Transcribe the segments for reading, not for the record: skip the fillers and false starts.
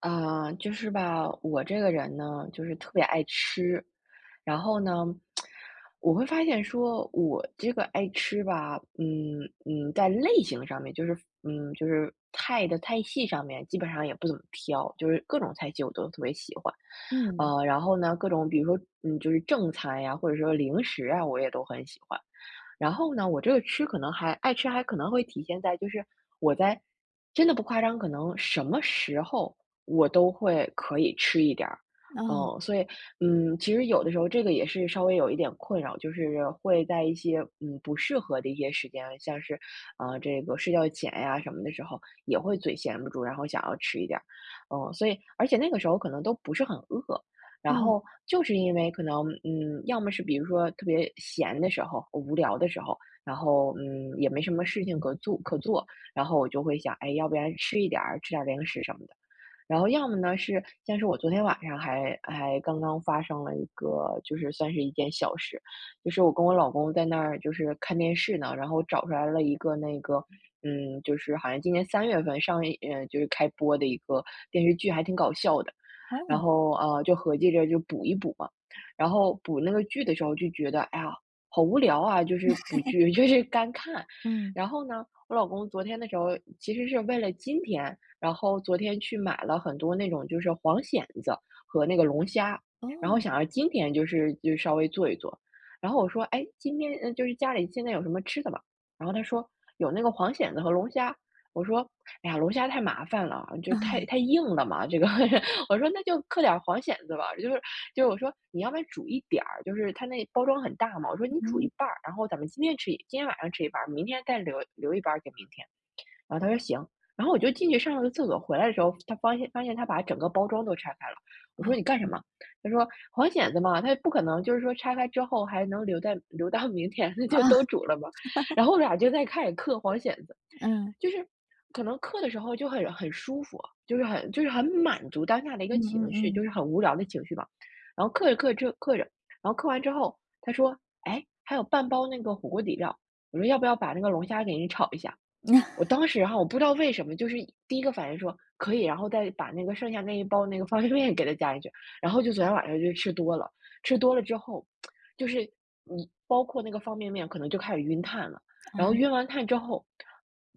啊，就是吧，我这个人呢，就是特别爱吃。然后呢，我会发现说，我这个爱吃吧，在类型上面，就是就是菜的菜系上面，基本上也不怎么挑，就是各种菜系我都特别喜欢。嗯，然后呢，各种比如说就是正餐呀，或者说零食啊，我也都很喜欢。然后呢，我这个吃可能还爱吃，还可能会体现在就是我在真的不夸张，可能什么时候我都会可以吃一点儿。哦，嗯，所以，其实有的时候这个也是稍微有一点困扰，就是会在一些不适合的一些时间，像是这个睡觉前呀、什么的时候，也会嘴闲不住，然后想要吃一点儿。所以而且那个时候可能都不是很饿。然嗯，后就是因为可能，要么是比如说特别闲的时候、无聊的时候，然后也没什么事情可做，然后我就会想，哎，要不然吃一点儿，吃点儿零食什么的。然后要么呢是像是我昨天晚上还刚刚发生了一个，就是算是一件小事。就是我跟我老公在那儿就是看电视呢，然后找出来了一个那个，就是好像今年3月份上映，就是开播的一个电视剧，还挺搞笑的。然哦，后就合计着就补一补嘛。然后补那个剧的时候就觉得，哎呀，好无聊啊，就是补剧 就是干看。嗯。然后呢，我老公昨天的时候其实是为了今天。然后昨天去买了很多那种就是黄蚬子和那个龙虾，然后哦，想着今天就稍微做一做。然后我说："哎，今天就是家里现在有什么吃的吗？"然后他说："有那个黄蚬子和龙虾。"我说："哎呀，龙虾太麻烦了，就太 硬了嘛，这个 我说："那就刻点儿黄蚬子吧。"就是我说你要不然煮一点儿，就是它那包装很大嘛。我说你煮嗯，一半儿，然后咱们今天晚上吃一半儿，明天再留一半儿给明天。然后他说行，然后我就进去上了个厕所，回来的时候他发现他把整个包装都拆开了。我哦，说你干什么？他说黄蚬子嘛，它不可能就是说拆开之后还能留到明天，那就啊，都煮了吧。然后我俩就在开始嗑黄蚬子，嗯。就是可能嗑的时候就很舒服，就是很满足当下的一个嗯情嗯绪，就嗯。是很无聊的情绪吧。然后嗑着嗑着嗑着，然后嗑完之后，他说："哎，还有半包那个火锅底料。"我说："要不要把那个龙虾给你炒一下？"我 当时哈，我不知道为什么，就是第一个反应说可以，然后再把那个剩下那一包那个方便面给它加进去，然后就昨天晚上就吃多了，吃多了之后，就是你包括那个方便面，可能就开始晕碳了。然啊。后晕完碳之后，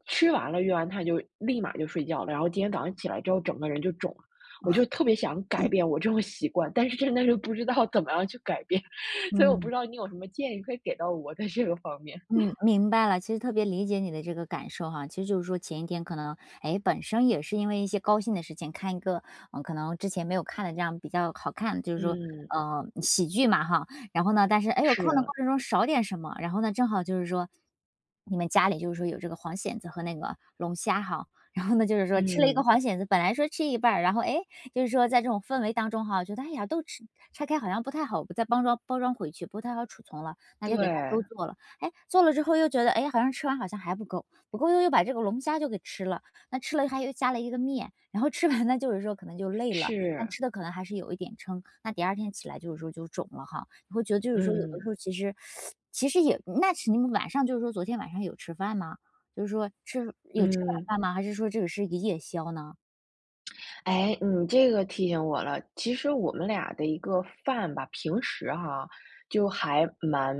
吃完了晕完碳就立马就睡觉了，然后今天早上起来之后整个人就肿了。我就特别想改变我这种习惯，但是真的是不知道怎么样去改变，所以我不嗯。知道你有什么建议可以给到我在这个方面。嗯，明白了。其实特别理解你的这个感受哈，其实就是说前一天可能，哎，本身也是因为一些高兴的事情，看一个，嗯，可能之前没有看的这样比较好看，就是说，嗯，喜剧嘛哈。然后呢，但是哎，我是看的啊，过程中少点什么，然后呢，正好就是说，你们家里就是说有这个黄蚬子和那个龙虾哈，然后呢，就是说吃了一个嗯。黄蚬子，本来说吃一半儿然后哎，就是说在这种氛围当中哈，觉得哎呀，都吃拆开好像不太好，再包装包装回去不太好储存了，那就给它对，都做了。哎，做了之后又觉得，哎，好像吃完好像还不够，不够又把这个龙虾就给吃了，那吃了还又加了一个面，然后吃完呢，就是说可能就累了，但是，吃的可能还是有一点撑，那第二天起来就是说就肿了哈，你会觉得就是说有的时嗯候其实，其实也那是你们晚上就是说昨天晚上有吃饭吗？就是说吃有吃晚嗯，饭吗？还是说这个是一个夜宵呢？哎，你这个提醒我了。其实我们俩的一个饭吧，平时哈就还蛮，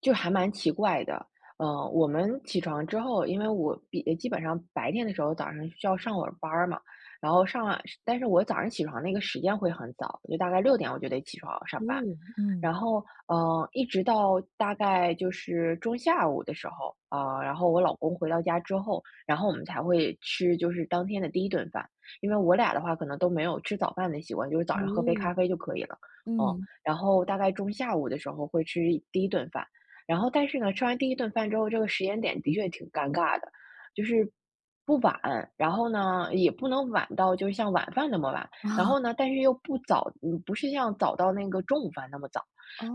就还蛮奇怪的。我们起床之后，因为我基本上白天的时候早上需要上会儿班儿嘛，然后上完，但是我早上起床那个时间会很早，就大概6点我就得起床上班。哦，嗯然后，一直到大概就是中下午的时候，啊，然后我老公回到家之后，然后我们才会吃就是当天的第一顿饭，因为我俩的话可能都没有吃早饭的习惯，就是早上喝杯哦，咖啡就可以了。嗯，嗯然后大概中下午的时候会第一顿饭。然后但是呢，吃完第一顿饭之后，这个时间点的确挺尴尬的，就是不晚，然后呢也不能晚到就是像晚饭那么晚，然后呢，但是又不早，不是像早到那个中午饭那么早。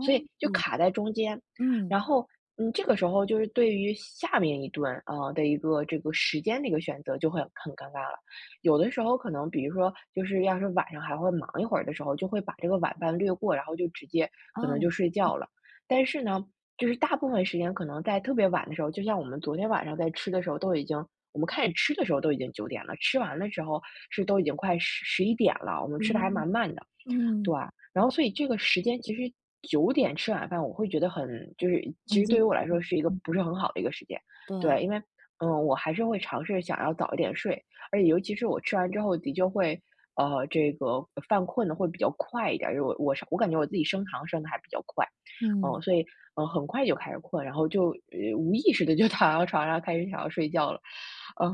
所以就卡在中间。嗯然后，这个时候就是对于下面一顿啊、的一个这个时间的一个选择就会很尴尬了。有的时候可能，比如说，就是要是晚上还会忙一会儿的时候，就会把这个晚饭略过，然后就直接可能哦就睡觉了。但是呢，就是大部分时间可能在特别晚的时候，就像我们昨天晚上在吃的时候，都已经我们开始吃的时候都已经9点了，吃完的时候是都已经快11点了，我们吃的还嗯，蛮慢的。对，嗯，然后所以这个时间其实9点吃晚饭，我会觉得很就是其已实经对于我来说嗯是一个不是很好的一个时间。对，对，因为我还是会尝试想要早一点睡，而且尤其是我吃完之后的确会这个犯困的会比较快一点儿，因为我感觉我自己升糖升的还比较快。嗯。嗯，所以很快就开始困，然后就无意识的就 躺到床上开始想要睡觉了。嗯，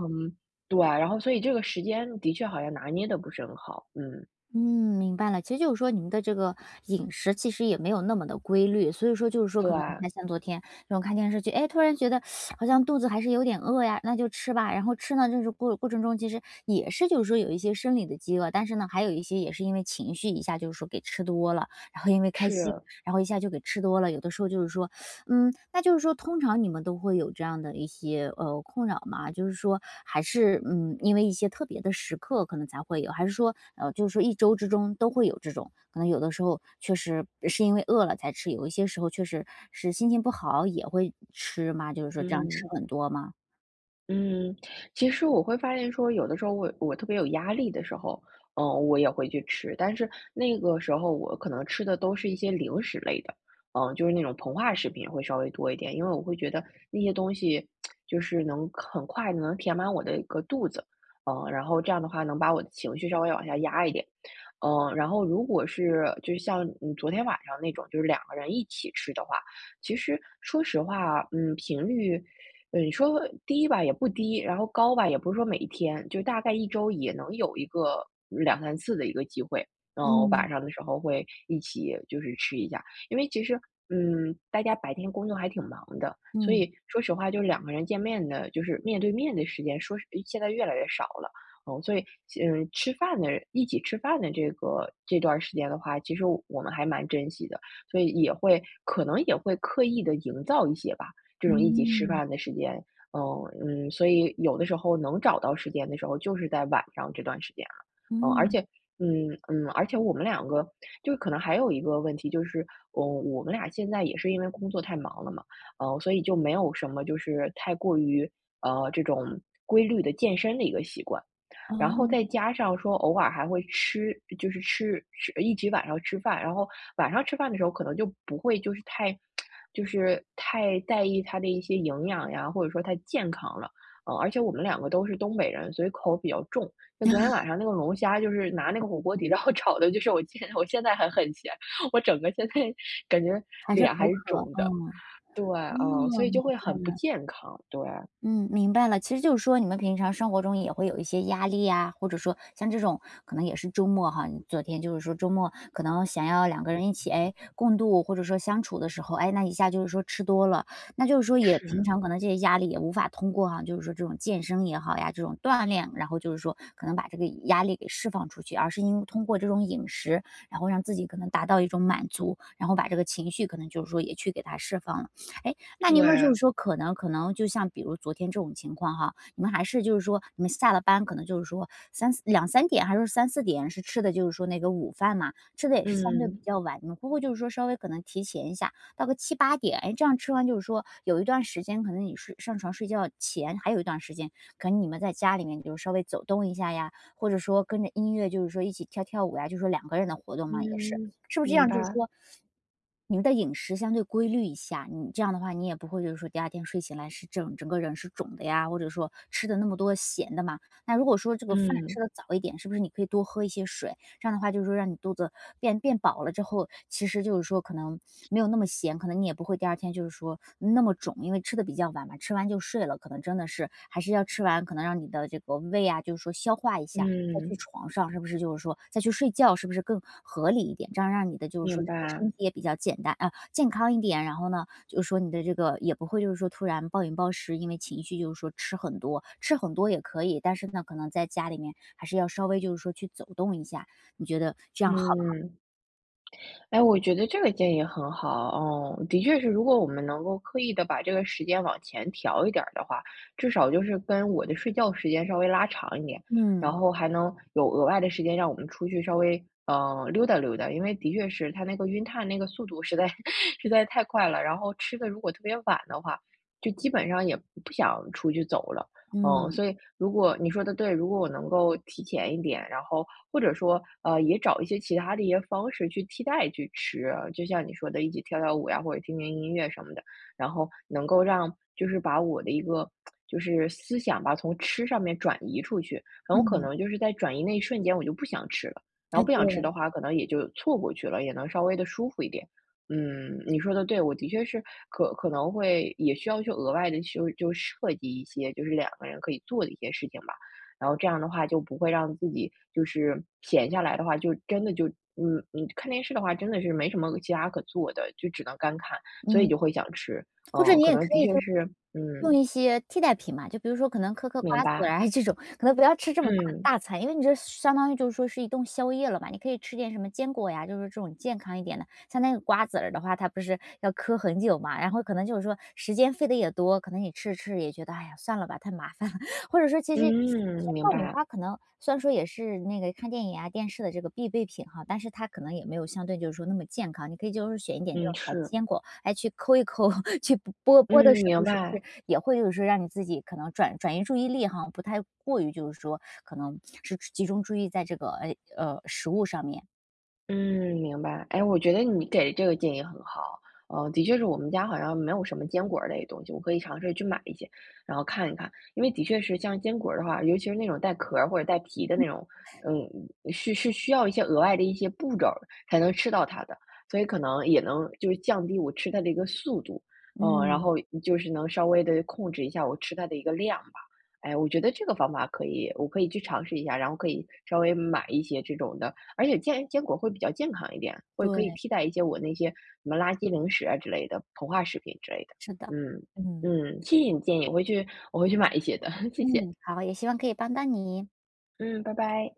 对啊，然后所以这个时间的确好像拿捏的不是很好，嗯，嗯，明白了。其实就是说，你们的这个饮食其实也没有那么的规律，所以说就是说，对可能你啊，看像昨天这种看电视剧，哎，突然觉得好像肚子还是有点饿呀，那就吃吧。然后吃呢，就是过程中其实也是就是说有一些生理的饥饿，但是呢，还有一些也是因为情绪一下就是说给吃多了，然后因为开心，是。然后一下就给吃多了。有的时候就是说嗯，那就是说通常你们都会有这样的一些，困扰吗？就是说还是，嗯，因为一些特别的时刻可能才会有，还是说，就是说一周之中都会有这种，可能有的时候确实是因为饿了才吃，有一些时候确实是心情不好也会吃嘛？就是说这样吃嗯很多吗？嗯，其实我会发现说，有的时候我特别有压力的时候，我也会去吃，但是那个时候我可能吃的都是一些零食类的，嗯，就是那种膨化食品会稍微多一点，因为我会觉得那些东西就是能很快的能填满我的一个肚子，然后这样的话能把我的情绪稍微往下压一点，然后如果是就像昨天晚上那种，就是两个人一起吃的话。其实说实话，频率你说低吧也不低，然后高吧也不是说每一天，就大概一周也能有一个两三次的一个机会。我晚嗯，上的时候会一起就是吃一下，因为其实大家白天工作还挺忙的，所嗯，以说实话，就是两个人见面的，就是面对面的时间，说是现在越来越少了。哦，所以，吃饭的，一起吃饭的这个这段儿时间的话，其实我们还蛮珍惜的，所以也会可能也会刻意的营造一些吧，这种一起吃嗯，饭的时间。所以有的时候能找到时间的时候，就是在晚上这段时间了。嗯，而嗯，且，我们两个就是可能还有一个问题，就是，我们俩现在也是因为工作太忙了嘛，所以就没有什么就是太过于这种规律的健身的一个习惯。然后哦，再加上说偶尔还会吃，就是吃一直晚上吃饭，然后晚上吃饭的时候可能就不会就是太在意它的一些营养呀，或者说它健康了。嗯，而且我们两个都是东北人，所以口比较重。像昨天晚上那个龙虾，就是拿那个火锅底料 炒的，就是我现在还很咸，我整个现在 感觉还是脸还口是渴，肿的。嗯，对，嗯，所嗯。以明就会很不白健康。对，嗯，明白了。其实就是说，你们平常生活中也会有一些压力呀，或者说像这种可能也是周末哈。你昨天就是说周末可能想要两个人一起，哎，共度或者说相处的时候，哎，那一下就是说吃多了，那就是说也平是，常可能这些压力也无法通过哈，就是说这种健身也好呀，这种锻炼，然后就是说可能把这个压力给释放出去，而是因为通过这种饮食，然后让自己可能达到一种满足，然后把这个情绪可能就是说也去给它释放了。哎，那你有没有就对。是说可能就像比如昨天这种情况哈，你们还是就是说你们下了班可能就是说三四两三点还是三四点是吃的就是说那个午饭嘛，吃的也是相对嗯比较晚，你们会不会就是说稍微可能提前一下，到个七八点，哎这样吃完就是说有一段时间可能你睡上床睡觉前还有一段时间，可能你们在家里面就是稍微走动一下呀，或者说跟着音乐就是说一起跳跳舞呀，就是说两个人的活动嘛，也是。嗯，是不是这明样？就是白。说，你们的饮食相对规律一下，你这样的话，你也不会就是说第二天睡醒来是整个人是肿的呀，或者说吃的那么多咸的嘛。那如果说这个饭嗯，吃的早一点，是不是你可以多喝一些水？这样的话，就是说让你肚子变饱了之后，其实就是说可能没有那么咸，可能你也不会第二天就是说那么肿，因为吃的比较晚嘛，吃完就睡了，可能真的是还是要吃完，可能让你的这个胃啊，就是说消化一下，再去嗯，床上，是不是就是说再去睡觉，是不是更合理一点？这样让你的就是说明整个白，身体也比较简单啊，健康一点。然后呢，就是说你的这个也不会就是说突然暴饮暴食，因为情绪就是说吃很多，吃很多也可以，但是呢，可能在家里面还是要稍微就是说去走动一下，你觉得这样好吗？嗯，哎，我觉得这个建议很好。哦，的确是，如果我们能够刻意的把这个时间往前调一点儿的话，至少就是跟我的睡觉时间稍微拉长一点，然嗯，后还能有额外的时间让我们出去稍微溜达溜达，因为的确是他那个晕碳那个速度实在 实在太快了，然后吃的如果特别晚的话，就基本上也不想出去走了。嗯，嗯，所以如果你说的对，如果我能够提前一点，然后或者说，也找一些其他的一些方式去替代去吃，就像你说的，一起跳跳舞呀，或者听听音乐什么的，然后能够让就是把我的一个就是思想吧，从吃上面转移出去，然后可嗯，能就是在转移那一瞬间我就不想吃了，然哎，后不想吃对，的话，可能也就错过去了，也能稍微的舒服一点。嗯，你说的对，我的确是可能会也需要去额外的去就设计一些，就是两个人可以做的一些事情吧。然后这样的话就不会让自己就是闲下来的话，就真的就嗯嗯看电视的话真的是没什么其他可做的，就只能干看，所以嗯，就会想吃。或者嗯，你可也能可的以确就是是，嗯，用一些替代品嘛，就比如说可能嗑嗑明瓜子儿白，啊这种，可能不要吃这么嗯大餐，因为你这相当于就是说是一顿宵夜了嘛。你可以吃点什么坚果呀，就是这种健康一点的。像那个瓜子儿的话，它不是要嗑很久嘛，然后可能就是说时间费的也多，可能你吃着吃着也觉得，哎呀，算了吧，太麻烦了。或者说其实其嗯，实明爆米白，花可能虽然说也是那个看电影啊、电视的这个必备品哈，但是它可能也没有相对就是说那么健康。你可以就是选一点这种嗯小是，坚果，哎，去抠一抠，去剥剥的嗯时明候是不白。是也会就是让你自己可能转移注意力哈，不太过于就是说可能是集中注意在这个食物上面。嗯，明白。哎，我觉得你给的这个建议很好。的确是我们家好像没有什么坚果儿类的东西，我可以尝试去买一些，然后看一看。因为的确是像坚果儿的话，尤其是那种带壳儿或者带皮的那种，嗯，是需要一些额外的一些步骤儿才能吃到它的，所以可能也能就是降低我吃它的一个速度，嗯，然嗯，后就是能稍微的控制一下我吃它的一个量吧。哎，我觉得这个方法可以，我可以去尝试一下，然后可以稍微买一些这种的。而且坚果会比较健康一点，会可对，以替代一些我那些什么垃圾零食啊之类的，膨化食品之类的。是的，嗯，嗯。嗯，谢谢你建议，我会去买一些的，谢嗯，谢。好，也希望可以帮到你。嗯，拜拜。